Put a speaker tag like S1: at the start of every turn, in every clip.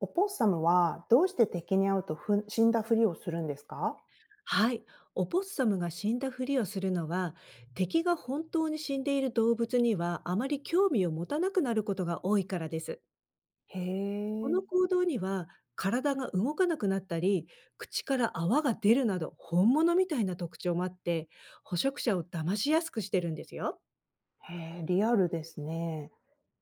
S1: オポッサムはどうして敵に会うと死んだふりをするんですか？
S2: はい。オポッサムが死んだふりをするのは、敵が本当に死んでいる動物にはあまり興味を持たなくなることが多いからです。
S1: へ
S2: こ
S1: え。
S2: の行動には、体が動かなくなったり、口から泡が出るなど、本物みたいな特徴もあって、捕食者を騙しやすくしてるんですよ。
S1: へえ、リアルですね。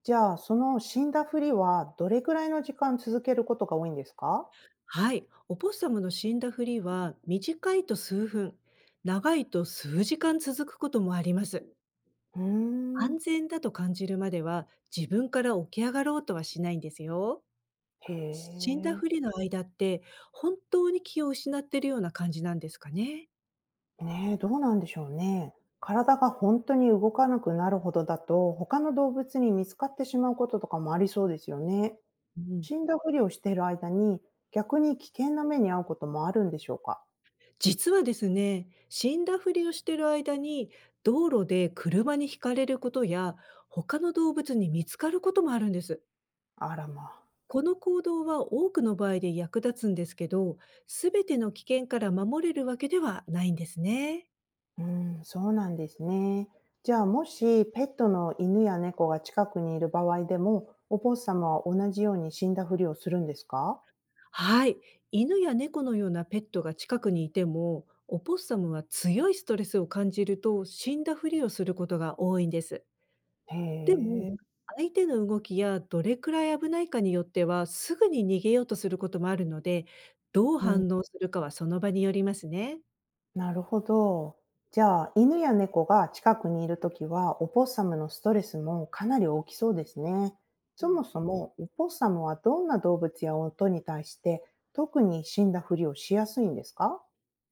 S1: じゃあ、その死んだふりはどれくらいの時間続けることが多いんですか？
S2: はい。オポッサムの死んだふりは、短いと数分、長いと数時間続くこともあります。
S1: うー
S2: 安
S1: ん。
S2: 全だと感じるまでは、自分から起き上がろうとはしないんですよ。
S1: へ
S2: 死んだ
S1: え。
S2: ふりの間って、本当に気を失ってるような感じなんですかね。
S1: ねえ、どうなんでしょうね。体が本当に動かなくなるほどだと、他の動物に見つかってしまうこととかもありそうですよね。
S2: うん。
S1: 死んだふりをしている間に逆に危険な目に遭うこともあるんでしょうか？
S2: 実はですね、死んだふりをしてる間に、道路で車にひかれることや、他の動物に見つかることもあるんです。
S1: あらまあ。
S2: この行動は多くの場合で役立つんですけど、すべての危険から守れるわけではないんですね。
S1: うん、そうなんですね。じゃあ、もしペットの犬や猫が近くにいる場合でも、お坊様は同じように死んだふりをするんですか？
S2: はい。犬や猫のようなペットが近くにいても、オポッサムは強いストレスを感じると死んだふりをすることが多いんです。
S1: へ
S2: でも、
S1: え。
S2: 相手の動きやどれくらい危ないかによっては、すぐに逃げようとすることもあるので、どう
S1: うん、
S2: 反応するかはその場によりますね。
S1: なるほど。じゃあ、犬や猫が近くにいるときは、おサムのストレスもかなり大きそうですね。
S2: う
S1: そも
S2: ん、
S1: そも、おサムはどんな動物や音に対して、特に死んだふりをしやすいんですか？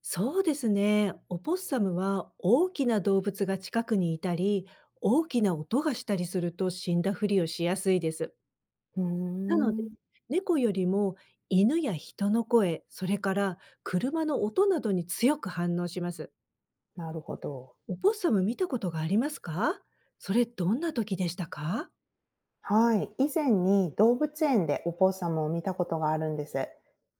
S2: そうですね。オポッサムは大きな動物が近くにいたり、大きな音がしたりすると死んだふりをしやすいです。
S1: うー
S2: なので、
S1: ん。
S2: 猫よりも犬や人の声、それから車の音などに強く反応します。
S1: なるほど。
S2: オポッサム見たことがありますか？それどんな時でしたか？
S1: はい。以前に動物園でオポッサムを見たことがあるんです。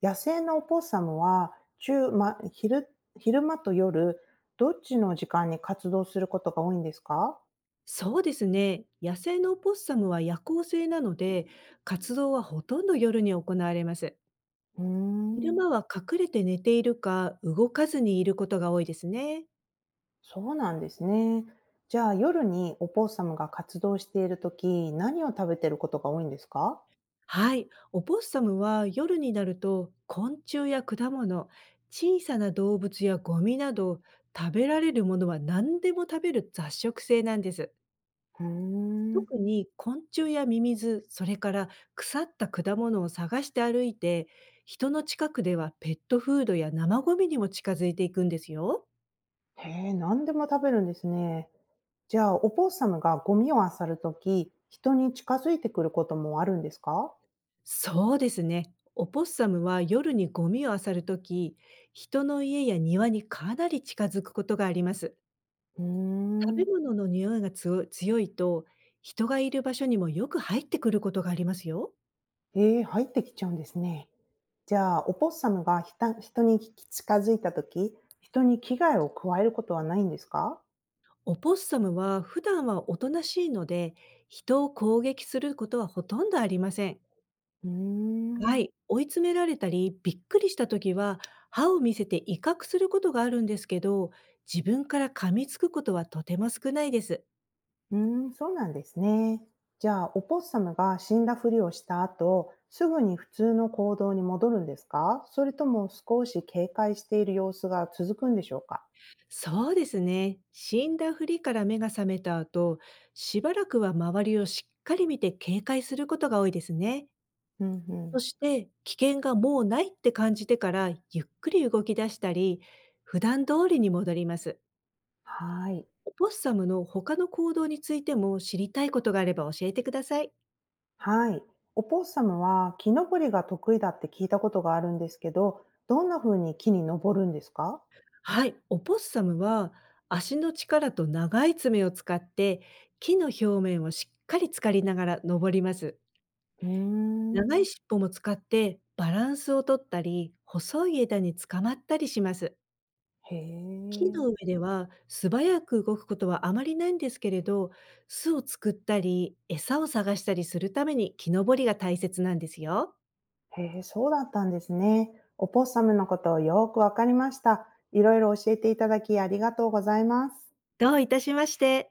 S1: 野生のオポッサムは中、ま、昼、昼間と夜、どっちの時間に活動することが多いんですか？
S2: そうですね。野生のオポッサムは夜行性なので、活動はほとんど夜に行われます。
S1: うー
S2: 昼
S1: ん。
S2: 間は隠れて寝ているか動かずにいることが多いですね。
S1: そうなんですね。じゃあ夜にオポッサムが活動しているとき、何を食べてることが多いんですか？
S2: はい、オポッサムは夜になると昆虫や果物、小さな動物やゴミなど食べられるものは何でも食べる雑食性なんです。
S1: うーん。
S2: 特に昆虫やミミズ、それから腐った果物を探して歩いて、人の近くではペットフードや生ゴミにも近づいていくんですよ。
S1: へえ、何でも食べるんですね。じゃあオポッサムがゴミを漁るとき、人に近づいてくることもあるんですか？
S2: そうですね。オポッサムは夜にゴミを漁るとき、人の家や庭にかなり近づくことがあります。
S1: うー
S2: 食べ
S1: ん。
S2: 物の匂いが強いと、人がいる場所にもよく入ってくることがありますよ。
S1: ええ、入ってきちゃうんですね。じゃあ、オポッサムが人に近づいた時、人に危害を加えることはないんですか？
S2: オポッサムは普段はおとなしいので、人を攻撃することはほとんどありません。
S1: うーん。
S2: はい。追い詰められたり、びっくりした時は、歯を見せて威嚇することがあるんですけど、自分から噛みつくことはとても少ないです。
S1: うーん、そうなんですね。じゃあ、オポッサムが死んだふりをした後、すぐに普通の行動に戻るんですか？それとも少し警戒している様子が続くんでしょうか？
S2: そうですね。死んだふりから目が覚めた後、しばらくは周りをしっかり見て警戒することが多いですね。
S1: うんう
S2: そ
S1: ん。
S2: して、危険がもうないって感じてから、ゆっくり動き出したり、普段通りに戻ります。
S1: はい。
S2: オポッサムの他の行動についても知りたいことがあれば教えてください。
S1: はい。オポッサムは木登りが得意だって聞いたことがあるんですけど、どんな風に木に登るんですか？
S2: はい、オポッサムは足の力と長い爪を使って木の表面をしっかり浸かりながら登ります。
S1: うーん。
S2: 長い尻尾も使ってバランスをとったり、細い枝につかまったりします。
S1: へ
S2: 木
S1: え。
S2: の上では素早く動くことはあまりないんですけれど、巣を作ったり、餌を探したりするために木登りが大切なんですよ。
S1: へえ、そうだったんですね。オポッサムのことをよーくわかりました。いろいろ教えていただきありがとうございます。
S2: どういたしまして。